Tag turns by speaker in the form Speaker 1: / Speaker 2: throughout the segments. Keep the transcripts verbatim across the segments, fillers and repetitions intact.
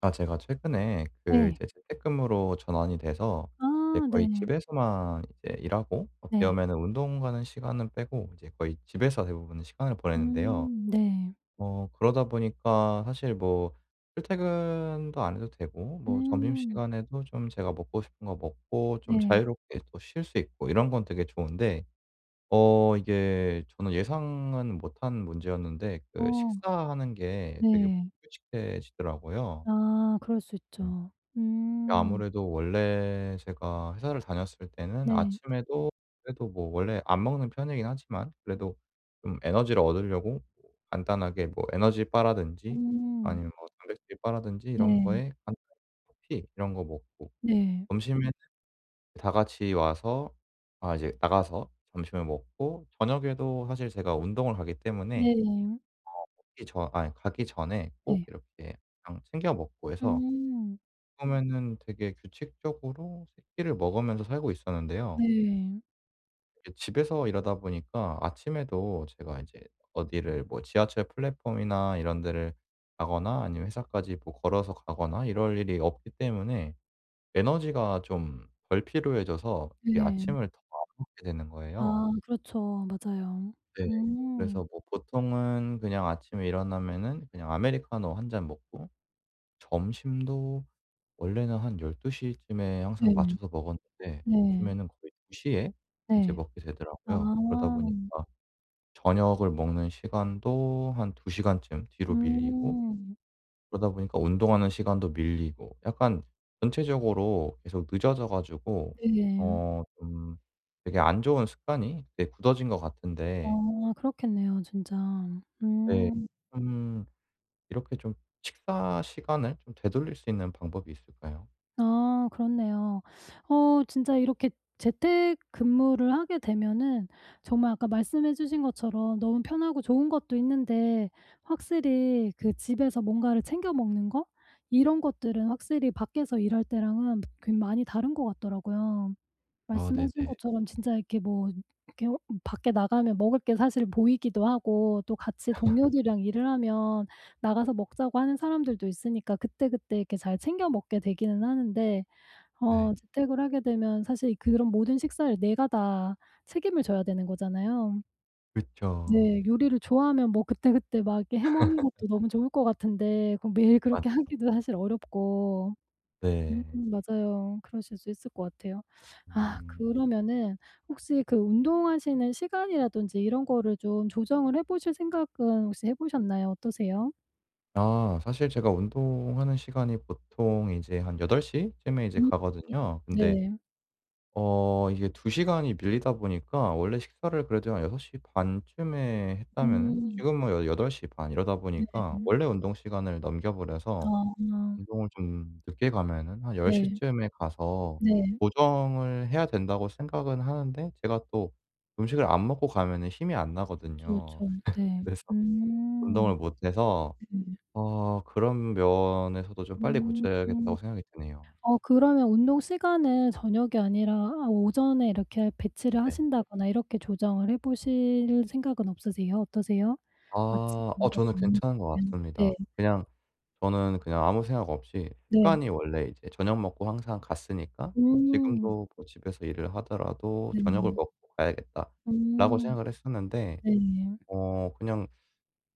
Speaker 1: 아 제가 최근에 그
Speaker 2: 네.
Speaker 1: 이제 재택근무로 전환이 돼서 이제
Speaker 2: 아
Speaker 1: 거의
Speaker 2: 네.
Speaker 1: 집에서만 이제 일하고 어떻게
Speaker 2: 네.
Speaker 1: 면은 운동 가는 시간은 빼고 이제 거의 집에서 대부분 시간을 보내는데요.
Speaker 2: 음 네.
Speaker 1: 어 그러다 보니까 사실 뭐 출퇴근도 안 해도 되고, 뭐
Speaker 2: 음
Speaker 1: 점심시간에도 좀 제가 먹고 싶은 거 먹고 좀
Speaker 2: 네.
Speaker 1: 자유롭게 또 쉴 수 있고 이런 건 되게 좋은데, 어 이게 저는 예상은 못한 문제였는데 그
Speaker 2: 어
Speaker 1: 식사하는 게 되게
Speaker 2: 네.
Speaker 1: 불규칙해지더라고요.
Speaker 2: 아 그럴 수
Speaker 1: 네.
Speaker 2: 있죠. 음
Speaker 1: 아무래도 원래 제가 회사를 다녔을 때는
Speaker 2: 네.
Speaker 1: 아침에도, 그래도 뭐 원래 안 먹는 편이긴 하지만 그래도 좀 에너지를 얻으려고 뭐 간단하게 뭐 에너지 바라든지
Speaker 2: 음
Speaker 1: 아니면 뭐 단백질 바라든지 이런
Speaker 2: 네.
Speaker 1: 거에 간단히 커피 이런 거 먹고,
Speaker 2: 네.
Speaker 1: 점심에는 다 같이 와서 아 이제 나가서 점심을 먹고, 저녁에도 사실 제가 운동을 가기 때문에
Speaker 2: 네.
Speaker 1: 가기 전 아니 가기 전에 꼭
Speaker 2: 네.
Speaker 1: 이렇게 그냥 챙겨 먹고 해서
Speaker 2: 음
Speaker 1: 처음에는 되게 규칙적으로 새 끼를 먹으면서 살고 있었는데요.
Speaker 2: 네.
Speaker 1: 이게 집에서 일하다 보니까 아침에도 제가 이제 어디를 뭐 지하철 플랫폼이나 이런 데를 가거나 아니면 회사까지 뭐 걸어서 가거나 이럴 일이 없기 때문에 에너지가 좀 덜 필요해져서 이게
Speaker 2: 네.
Speaker 1: 아침을 더 안 먹게 되는 거예요.
Speaker 2: 아 그렇죠. 맞아요.
Speaker 1: 네.
Speaker 2: 음
Speaker 1: 그래서 뭐 보통은 그냥 아침에 일어나면은 그냥 아메리카노 한 잔 먹고, 점심도 원래는 한 1 두 시 쯤에 항상
Speaker 2: 네.
Speaker 1: 맞춰서 먹었는데
Speaker 2: 네.
Speaker 1: 요즘에는 거의 두 시에 이제
Speaker 2: 네.
Speaker 1: 먹게
Speaker 2: 아.
Speaker 1: 되더라고요. 그러다 보니까 저녁을 먹는 시간도 한 두 시간쯤 뒤로 밀리고,
Speaker 2: 음
Speaker 1: 그러다 보니까 운동하는 시간도 밀리고, 약간 전체적으로 계속 늦어져 가지고
Speaker 2: 네.
Speaker 1: 어 좀 되게 안 좋은 습관이 되게 굳어진 것 같은데,
Speaker 2: 아 그렇겠네요 진짜.
Speaker 1: 네,
Speaker 2: 음.
Speaker 1: 음 이렇게 좀 식사 시간을 좀 되돌릴 수 있는 방법이 있을까요?
Speaker 2: 아 그렇네요. 어 진짜 이렇게 재택근무를 하게 되면은 정말 아까 말씀해 주신 것처럼 너무 편하고 좋은 것도 있는데 확실히 그 집에서 뭔가를 챙겨 먹는 거 이런 것들은 확실히 밖에서 일할 때랑은 그 많이 다른 것 같더라고요.
Speaker 1: 아
Speaker 2: 말씀하신
Speaker 1: 네네.
Speaker 2: 것처럼 진짜 이렇게 뭐 이렇게 어 뭐 밖에 나가면 먹을 게 사실 보이기도 하고 또 같이 동료들이랑 일을 하면 나가서 먹자고 하는 사람들도 있으니까 그때그때 이렇게 잘 챙겨 먹게 되기는 하는데
Speaker 1: 네.
Speaker 2: 어 재택을 하게 되면 사실 그런 모든 식사를 내가 다 책임을 져야 되는 거잖아요.
Speaker 1: 그쵸.
Speaker 2: 네. 요리를 좋아하면 뭐 그때그때 막 이렇게 해 먹는 것도 너무 좋을 것 같은데 그럼 매일 그렇게
Speaker 1: 맞아요.
Speaker 2: 하기도 사실 어렵고 음
Speaker 1: 네.
Speaker 2: 맞아요. 그러실 수 있을 것 같아요. 아
Speaker 1: 음.
Speaker 2: 그러면은 혹시 그 운동하시는 시간이라든지 이런 거를 좀 조정을 해 보실 생각은 혹시 해 보셨나요? 어떠세요?
Speaker 1: 아 사실 제가 운동하는 시간이 보통 이제 한 여덟 시쯤에 이제
Speaker 2: 음.
Speaker 1: 가거든요. 근데
Speaker 2: 네.
Speaker 1: 어 이게 두 시간이 밀리다 보니까 원래 식사를 그래도 한 여섯 시 반쯤에 했다면은
Speaker 2: 음.
Speaker 1: 지금 뭐 여 여덟 시 반 이러다
Speaker 2: 네.
Speaker 1: 보니까 원래 운동 시간을 넘겨 버려서
Speaker 2: 아.
Speaker 1: 운동을 좀 늦게 가면은 한 열
Speaker 2: 네.
Speaker 1: 시쯤에 가서
Speaker 2: 네.
Speaker 1: 보정을 해야 된다고 생각은 하는데, 제가 또 음식을 안 먹고 가면은 힘이 안
Speaker 2: 그쵸,
Speaker 1: 나거든요.
Speaker 2: 그쵸. 네.
Speaker 1: 그래서
Speaker 2: 음.
Speaker 1: 운동을 못 해서
Speaker 2: 네.
Speaker 1: 어 그런 면에서도 좀 빨리
Speaker 2: 음.
Speaker 1: 고쳐야겠다고 생각이 드네요.
Speaker 2: 어 그러면 운동 시간을 저녁이 아니라 아 오전에 이렇게 배치를
Speaker 1: 네.
Speaker 2: 하신다거나 이렇게 조정을 해 보실 생각은 없으세요? 어떠세요? 아침에
Speaker 1: 아 어
Speaker 2: 뭔가
Speaker 1: 저는
Speaker 2: 좀
Speaker 1: 괜찮은 것
Speaker 2: 움직이면
Speaker 1: 같습니다.
Speaker 2: 네.
Speaker 1: 그냥 저는 그냥 아무 생각 없이
Speaker 2: 네.
Speaker 1: 습관이 원래 이제 저녁 먹고 항상 갔으니까 뭐
Speaker 2: 음.
Speaker 1: 지금도 뭐 집에서 일을 하더라도 '저녁을
Speaker 2: 네.
Speaker 1: 먹고 가야겠다.'라고
Speaker 2: 음.
Speaker 1: 생각을 했었는데,
Speaker 2: 네.
Speaker 1: 어 그냥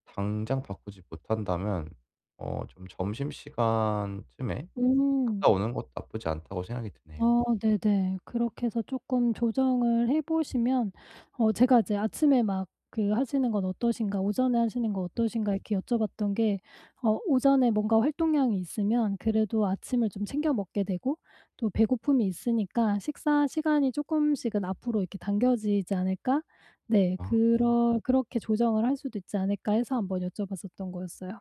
Speaker 1: 당장 바꾸지 못한다면 어 좀 '점심시간쯤에
Speaker 2: 음.
Speaker 1: 갔다 오는 것도 나쁘지 않다.'고 생각이 드네요.
Speaker 2: 어 네네. 그렇게 해서 쪼끔 조정을 해 보시면 어 제가 이제 "아침에 막 그 하시는 건 어떠신가? 오전에 하시는 건
Speaker 1: 음.
Speaker 2: 어떠신가?"
Speaker 1: 음.
Speaker 2: 이렇게 여쭤봤던 게 어 오전에 뭔가 활동량이 있으면 그래도 아침을 좀 챙겨 먹게 되고 또 배고픔이 있으니까 '식사 시간이 쪼끔씩은 앞으로 이렇게 당겨지지 않을까?' 네.
Speaker 1: 아.
Speaker 2: 그러 그렇게 조정을 할 수도 있지 않을까 해서 한번 여쭤봤었던 거였어요.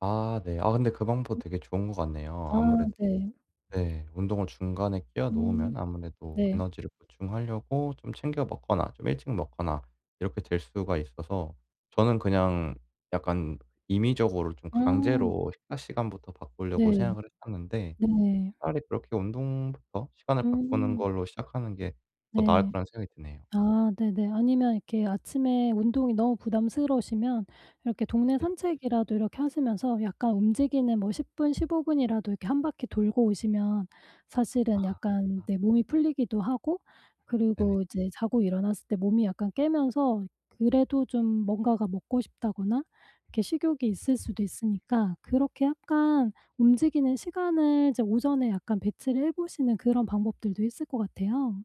Speaker 1: 아 네. 아 근데 그 방법 되게
Speaker 2: 음
Speaker 1: 좋은 것 같네요.
Speaker 2: 아
Speaker 1: 아무래도
Speaker 2: 네.
Speaker 1: 네, 운동을 중간에 끼워
Speaker 2: 음
Speaker 1: 놓으면 아무래도
Speaker 2: 네.
Speaker 1: 에너지를 보충하려고 좀 챙겨 먹거나 좀 일찍 먹거나 이렇게 될 수가 있어서, 저는 그냥 약간 임의적으로 좀
Speaker 2: 음
Speaker 1: 강제로 식사 시간부터 바꾸려고
Speaker 2: 네.
Speaker 1: 생각을 했었는데
Speaker 2: 네.
Speaker 1: 차라리 그렇게 운동부터 시간을 바꾸는
Speaker 2: 음.
Speaker 1: 걸로 시작하는 게 더 나을
Speaker 2: 네.
Speaker 1: 거라는 생각이 드네요.
Speaker 2: 아 네네. 아니면 이렇게 아침에 운동이 너무 부담스러우시면 이렇게 동네
Speaker 1: 네.
Speaker 2: 산책이라도 이렇게 하시면서 약간 움직이는 뭐 십 분 십오 분 분이라도 이렇게 한 바퀴 돌고 오시면 사실은
Speaker 1: 아
Speaker 2: 약간 네 몸이 풀리기도 하고
Speaker 1: 네네.
Speaker 2: 그리고 이제 자고 일어났을 때 몸이 약간 깨면서 그래도 좀 뭔가가 먹고 싶다거나 이렇게 식욕이 있을 수도 있으니까 그렇게 약간 움직이는 시간을 이제 오전에 약간 배치를 해 보시는 그런 방법들도 있을 것 같아요.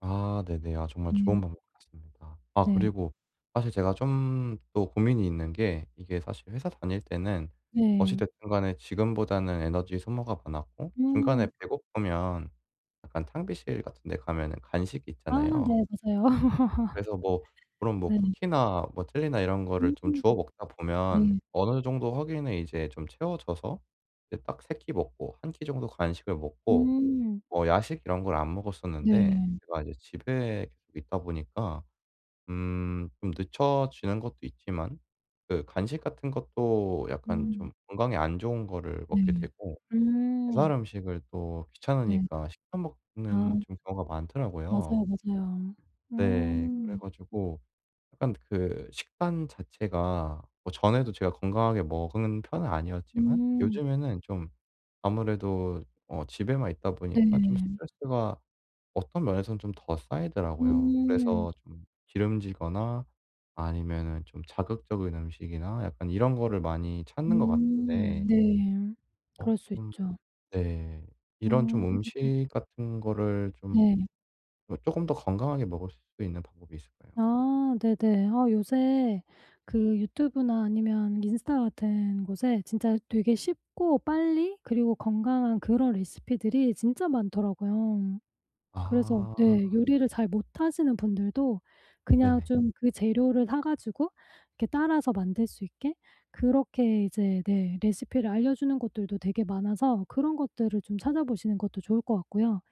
Speaker 1: 아 네네. 아 정말 좋은
Speaker 2: 네.
Speaker 1: 방법 같습니다. 아
Speaker 2: 네.
Speaker 1: 그리고 사실 제가 좀 또 고민이 있는 게, 이게 사실 회사 다닐 때는 어찌
Speaker 2: 네.
Speaker 1: 됐든 간에 지금보다는 에너지 소모가 많았고 중간에
Speaker 2: 음.
Speaker 1: 배고프면 약간 탕비실 같은 데 가면은 간식이
Speaker 2: 아
Speaker 1: 있잖아요.
Speaker 2: 네. 맞아요.
Speaker 1: 그래서 뭐 그런 뭐
Speaker 2: 네.
Speaker 1: 쿠키나 뭐 젤리나 이런 거를 좀
Speaker 2: 음.
Speaker 1: 주워 먹다 보면
Speaker 2: 네.
Speaker 1: 어느 정도 허기는 이제 좀 채워져서 이제 딱 세 끼 먹고 한끼 정도 간식을 먹고
Speaker 2: 음.
Speaker 1: 뭐 야식 이런 걸 안 먹었었는데,
Speaker 2: 네.
Speaker 1: 제가 이제 집에 계속 있다 보니까 음 좀 늦춰지는 것도 있지만 그 간식 같은 것도 약간
Speaker 2: 음.
Speaker 1: 좀 건강에 안 좋은 거를 먹게
Speaker 2: 네.
Speaker 1: 되고 배달
Speaker 2: 음.
Speaker 1: 음식을 또
Speaker 2: 네.
Speaker 1: 귀찮으니까 시켜 먹는
Speaker 2: 아.
Speaker 1: 좀 경우가
Speaker 2: 맞아요,
Speaker 1: 많더라고요.
Speaker 2: 맞아요.
Speaker 1: 네. 그래
Speaker 2: 음.
Speaker 1: 가지고 약간 그 식단 자체가 뭐 전에도 제가 건강하게 먹은 편은 아니었지만
Speaker 2: 음.
Speaker 1: 요즘에는 좀 아무래도 어 집에만 있다 보니까 좀
Speaker 2: 네.
Speaker 1: 스트레스가 어떤 면에서는 좀 더 쌓이더라고요.
Speaker 2: 음.
Speaker 1: 그래서 좀 기름지거나 아니면은 좀 자극적인 음식이나 약간 이런 거를 많이 찾는 것
Speaker 2: 음.
Speaker 1: 같은데
Speaker 2: 네.
Speaker 1: 어
Speaker 2: 그럴 수
Speaker 1: 좀,
Speaker 2: 있죠.
Speaker 1: 네, 이런 좀
Speaker 2: 음.
Speaker 1: 음식 같은 거를 좀
Speaker 2: 네.
Speaker 1: 조 쪼금 더 건강하게 먹을 수 있는 방법이 있을까요?
Speaker 2: 아 네네. 어, 요새 그 유튜브나 아니면 인스타 같은 곳에 진짜 되게 쉽고 빨리 그리고 건강한 그런 레시피들이 진짜 많더라고요. 그래서 네
Speaker 1: 아
Speaker 2: 요리를 잘 못하시는 분들도 그냥
Speaker 1: 네네.
Speaker 2: 좀 그 재료를 사 가지고 이렇게 따라서 만들 수 있게 그렇게 이제 네 레시피를 알려주는 곳들도 되게 많아서 그런 것들을 좀 찾아보시는 것도 좋을 것 같고요.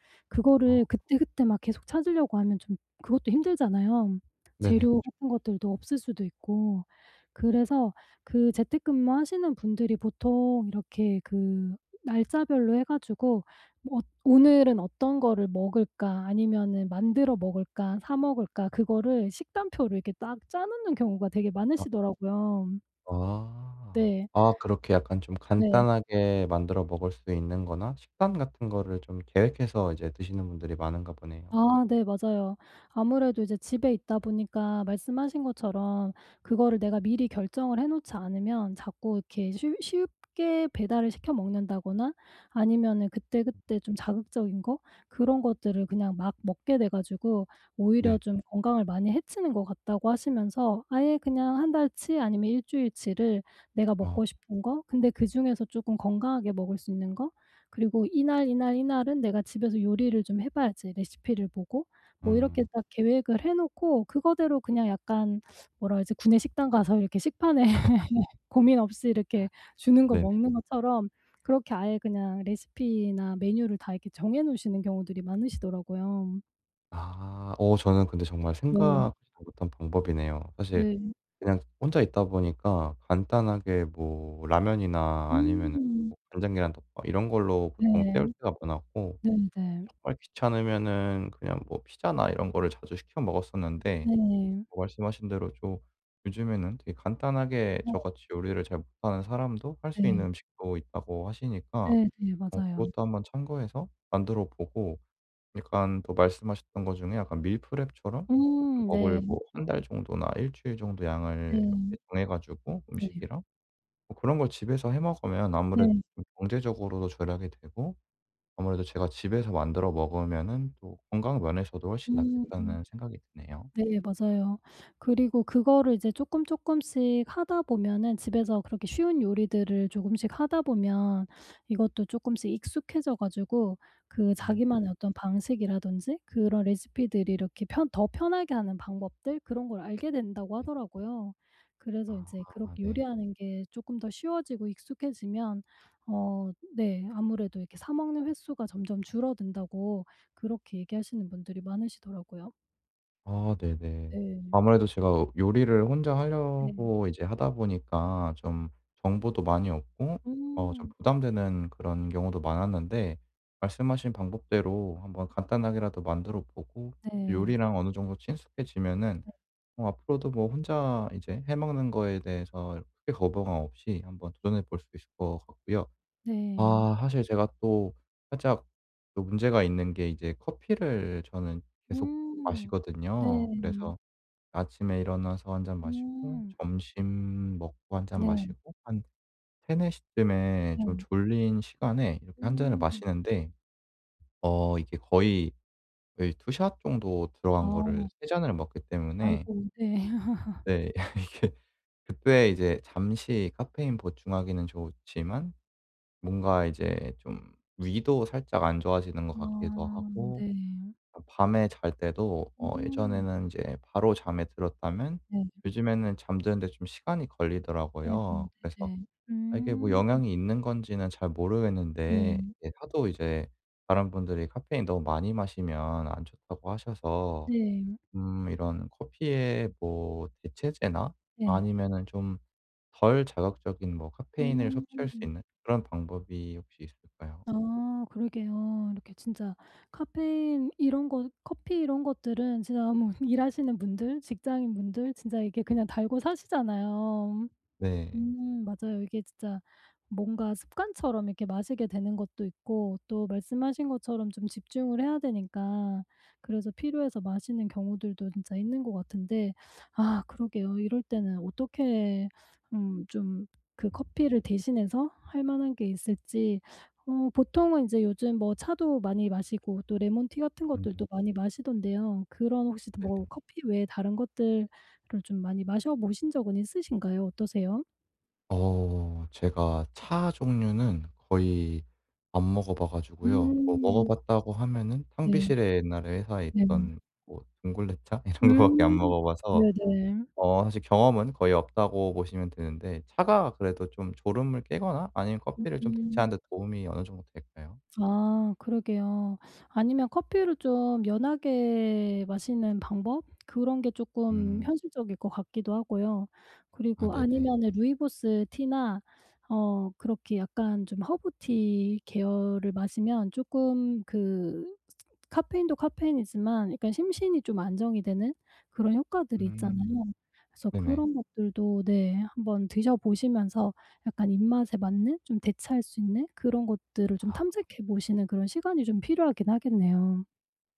Speaker 1: 아
Speaker 2: 그거를 그때그때 막 계속 찾으려고 하면 좀 그것도 힘들잖아요.
Speaker 1: 네네.
Speaker 2: 재료
Speaker 1: 그쵸.
Speaker 2: 같은 것들도 없을 수도 있고. 그래서 그 재택근무하시는 분들이 보통 이렇게 그 날짜별로 해 가지고 뭐 '오늘은 어떤 거를 먹을까? 아니면은 만들어 먹을까? 사 먹을까?' 그거를 식단표를 이렇게 딱 짜 놓는 경우가 되게
Speaker 1: 아.
Speaker 2: 많으시더라고요.
Speaker 1: 아.
Speaker 2: 네.
Speaker 1: 아 그렇게 약간 좀
Speaker 2: 네.
Speaker 1: 간단하게 만들어 먹을 수 있는 거나 식단 같은 거를 좀 계획해서 이제 드시는 분들이 많은가 보네요.
Speaker 2: 아 네 맞아요. 아무래도 이제 집에 있다 보니까 말씀하신 것처럼 그거를 내가 미리 결정을 해 놓지 않으면 자꾸 이렇게 쉬 쉽게 배달을 시켜 먹는다거나 아니면은 그때그때 좀 자극적인 거 그런 것들을 그냥 막 먹게 돼 가지고 오히려
Speaker 1: 네.
Speaker 2: 좀 건강을 많이 해치는 것 같다고 하시면서 아예 그냥 한 달치 아니면 일 주일치를 내가
Speaker 1: 어.
Speaker 2: 먹고 싶은 거 근데 그중에서 쪼끔 건강하게 먹을 수 있는 거 그리고 이날, 이날, 이날은 내가 집에서 요리를 좀 해 봐야지 레시피를 보고. 뭐 이렇게
Speaker 1: 음.
Speaker 2: 딱 계획을 해 놓고 그거대로 그냥 약간 뭐라 그러지? 구내식당 가서 이렇게 식판에 고민 없이 이렇게 주는 거
Speaker 1: 네네.
Speaker 2: 먹는 것처럼 그렇게 아예 그냥 레시피나 메뉴를 다 이렇게 정해 놓으시는 경우들이 많으시더라고요.
Speaker 1: 아. 어 저는 근데 정말
Speaker 2: 네.
Speaker 1: 생각지도 못한 방법이네요. 사실
Speaker 2: 네.
Speaker 1: 그냥 혼자 있다 보니까 간단하게 뭐 라면이나 아니면은
Speaker 2: 음.
Speaker 1: 뭐 간장계란 덮밥 이런 걸로 보통
Speaker 2: 네.
Speaker 1: 때울 때가 많았고
Speaker 2: 네네.
Speaker 1: 정말 귀찮으면은 그냥 뭐 피자나 이런 거를 자주 시켜 먹었었는데,
Speaker 2: 네.
Speaker 1: 뭐 말씀하신 대로 좀 요즘에는 되게 간단하게 저같이 요리를 잘 못하는 사람도 할 수
Speaker 2: 네네.
Speaker 1: 있는 음식도 있다고 하시니까
Speaker 2: 네네.
Speaker 1: 어
Speaker 2: 맞아요.
Speaker 1: 그것도 한번 참고해서 만들어 보고, 약간 또 말씀하셨던 것 중에 약간 밀프렙처럼
Speaker 2: 음.
Speaker 1: 먹을
Speaker 2: 네.
Speaker 1: 뭐 한 달 정도나 일 주일 정도
Speaker 2: 네.
Speaker 1: 양을 이렇게 정해 가지고
Speaker 2: 네.
Speaker 1: 음식이랑 뭐 그런 걸 집에서 해 먹으면 아무래도
Speaker 2: 네.
Speaker 1: 좀 경제적으로도 절약이 되고 아무래도 제가 집에서 만들어 먹으면은 또 건강 면에서도 훨씬
Speaker 2: 음. 음.
Speaker 1: 낫겠다는 생각이 드네요.
Speaker 2: 네 맞아요. 그리고 그거를 이제 쪼끔 쪼끔씩 하다 보면은 집에서 그렇게 쉬운 요리들을 조금씩 하다 보면 이것도 쪼끔씩 익숙해져 가지고 그
Speaker 1: 음
Speaker 2: 자기만의
Speaker 1: 네.
Speaker 2: 어떤 방식이라든지 그런 레시피들이 이렇게 편 더 편하게 하는 방법들 그런 걸 알게 된다고 하더라고요. 그래서 인제
Speaker 1: 아
Speaker 2: 그렇게
Speaker 1: 네.
Speaker 2: 요리하는 게 쪼끔 더 쉬워지고 익숙해지면 어 네 아무래도 이렇게 사 먹는 횟수가 점점 줄어든다고 그렇게 얘기하시는 분들이 많으시더라고요.
Speaker 1: 아 네네.
Speaker 2: 네.
Speaker 1: 아무래도 제가 어, 요리를 혼자
Speaker 2: 네.
Speaker 1: 하려고 이제 하다 보니까 좀 정보도 많이 없고 어 좀
Speaker 2: 음.
Speaker 1: 부담되는 그런 경우도 많았는데, 말씀하신 방법대로 한번 간단하게라도 만들어 보고
Speaker 2: 네.
Speaker 1: 요리랑 어느 정도 친숙해지면은 어 앞으로도 뭐 혼자 이제 해 먹는 거에 대해서 크게 거부감 없이 한번 도전해 볼 수 있을 것 같고요.
Speaker 2: 네.
Speaker 1: 아 사실 제가 또 살짝 또 문제가 있는 게 이제 커피를 저는 계속
Speaker 2: 음.
Speaker 1: 마시거든요.
Speaker 2: 네.
Speaker 1: 그래서 아침에 일어나서 한 잔 마시고
Speaker 2: 음.
Speaker 1: 점심 먹고 한 잔
Speaker 2: 네.
Speaker 1: 마시고 한 세 네 시쯤에
Speaker 2: 네.
Speaker 1: 좀 졸린 시간에 이렇게 한 잔을
Speaker 2: 음.
Speaker 1: 마시는데 어 이게 거의, 거의 투 샷 정도 들어간 거를
Speaker 2: 아.
Speaker 1: 세 잔을 먹기 때문에
Speaker 2: 아이고 네.
Speaker 1: 네, 이게 그때 이제 잠시 카페인 보충하기는 좋지만 뭔가 이제 좀 위도 살짝 안 좋아지는 것 같기도
Speaker 2: 아
Speaker 1: 하고
Speaker 2: 네.
Speaker 1: 밤에 잘 때도 어
Speaker 2: 음.
Speaker 1: 예전에는 이제 바로 잠에 들었다면
Speaker 2: 네.
Speaker 1: 요즘에는 잠드는데 좀 시간이
Speaker 2: 아이고
Speaker 1: 걸리더라고요. 그래서
Speaker 2: 네네.
Speaker 1: 아 이게 뭐
Speaker 2: 음.
Speaker 1: 영향이 있는 건지는 잘 모르겠는데
Speaker 2: 네.
Speaker 1: 이게 하도 이제 다른 분들이 카페인 너무 많이 마시면 안 좋다고 하셔서
Speaker 2: 네.
Speaker 1: 음 이런 커피의 뭐 대체제나
Speaker 2: 네.
Speaker 1: 아니면은 좀 덜 자극적인 뭐 카페인을 섭취할 수
Speaker 2: 음.
Speaker 1: 있는 그런 방법이 혹시 있을까요?
Speaker 2: 아 그러게요. 이렇게 진짜 카페인 이런 것 커피 이런 것들은 진짜 뭐 일하시는 분들, 직장인분들 진짜 이게 그냥 달고 사시잖아요.
Speaker 1: 네.
Speaker 2: 음 맞아요. 이게 진짜 뭔가 습관처럼 이렇게 마시게 되는 것도 있고 또 말씀하신 것처럼 좀 집중을 해야 되니까 그래서 필요해서 마시는 경우들도 진짜 있는 것 같은데 아 그러게요. 이럴 때는 어떻게 음 좀 그
Speaker 1: 음.
Speaker 2: 커피를 대신해서 할 만한 게 있을지 어 보통은 이제 요즘 뭐 차도 많이 마시고 또 레몬티 같은
Speaker 1: 음
Speaker 2: 것들도 많이 마시던데요. 그런 혹시
Speaker 1: 네네.
Speaker 2: 뭐 커피 외에 다른 것들을 좀 많이 마셔 보신 적은 있으신가요? 어떠세요?
Speaker 1: 어 제가 차 종류는 거의 안 먹어 봐 가지고요. 뭐 먹어
Speaker 2: 음.
Speaker 1: 봤다고 하면은
Speaker 2: 네.
Speaker 1: 탕비실에 옛날에 회사에
Speaker 2: 네.
Speaker 1: 있던 뭐 둥글레차 이런 거밖에 안
Speaker 2: 음.
Speaker 1: 먹어 봐서
Speaker 2: 네네.
Speaker 1: 어 사실 경험은 거의 없다고 보시면 되는데, 차가 그래도 좀 졸음을 깨거나 아니면 커피를 좀
Speaker 2: 음.
Speaker 1: 대체하는 데 도움이 어느 정도 될까요?
Speaker 2: 아 그러게요. 아니면 커피를 좀 연하게 마시는 방법? 그런 게 쪼끔
Speaker 1: 음.
Speaker 2: 현실적일 것 같기도 하고요.
Speaker 1: 아
Speaker 2: 그리고
Speaker 1: 네네.
Speaker 2: 아니면은 루이보스 티나 어 그렇게 약간 좀 허브티 계열을 마시면 쪼끔 그 카페인도 카페인이지만 약간 심신이 좀 안정이 되는 그런 효과들이
Speaker 1: 음.
Speaker 2: 있잖아요. 그래서
Speaker 1: 네네.
Speaker 2: 그런 것들도 네 한번 드셔 보시면서 약간 입맛에 맞는 좀 대체할 수 있는 그런 것들을 좀
Speaker 1: 아.
Speaker 2: 탐색해 보시는 그런 시간이 좀 필요하긴 하겠네요.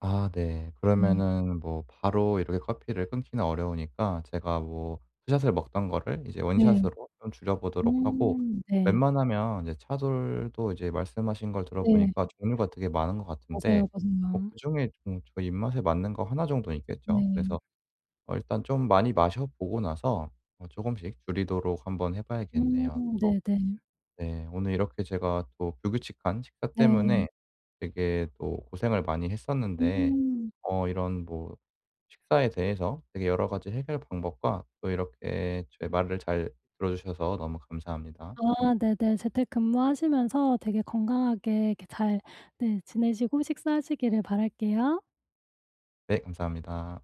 Speaker 1: 아 네.
Speaker 2: 네.
Speaker 1: 그러면은 뭐 바로 이렇게 커피를 끊기는 어려우니까 제가 뭐 투 샷을 먹던 거를 이제 원
Speaker 2: 네.
Speaker 1: 샷으로 좀 줄여 보도록 하고,
Speaker 2: 음 네.
Speaker 1: 웬만하면 이제 차돌도 이제 말씀하신 걸
Speaker 2: 네.
Speaker 1: 들어보니까 종류가 되게 많은 것 같은데
Speaker 2: 맞아요,
Speaker 1: 뭐
Speaker 2: 맞아요.
Speaker 1: 그중에 좀 저희 입맛에 맞는 거 하나 정도는 있겠죠.
Speaker 2: 네.
Speaker 1: 그래서 어 일단 좀 많이 마셔 보고 나서 어금씩 줄이도록 한번 해 봐야겠네요.
Speaker 2: 음
Speaker 1: 또
Speaker 2: 네네. 네.
Speaker 1: 네, 오늘 이렇게 제가 또 불규칙한 식사
Speaker 2: 네.
Speaker 1: 때문에 되게 또 고생을 많이 했었는데
Speaker 2: 음.
Speaker 1: 어 이런 뭐 식사에 대해서 되게 여러 가지 해결 방법과 또 이렇게 제 말을 잘 들어 주셔서 너무 감사합니다.
Speaker 2: 아 네네. 재택근무하시면서 되게 건강하게 이렇게 잘 네 지내시고 식사하시기를 바랄게요.
Speaker 1: 네 감사합니다.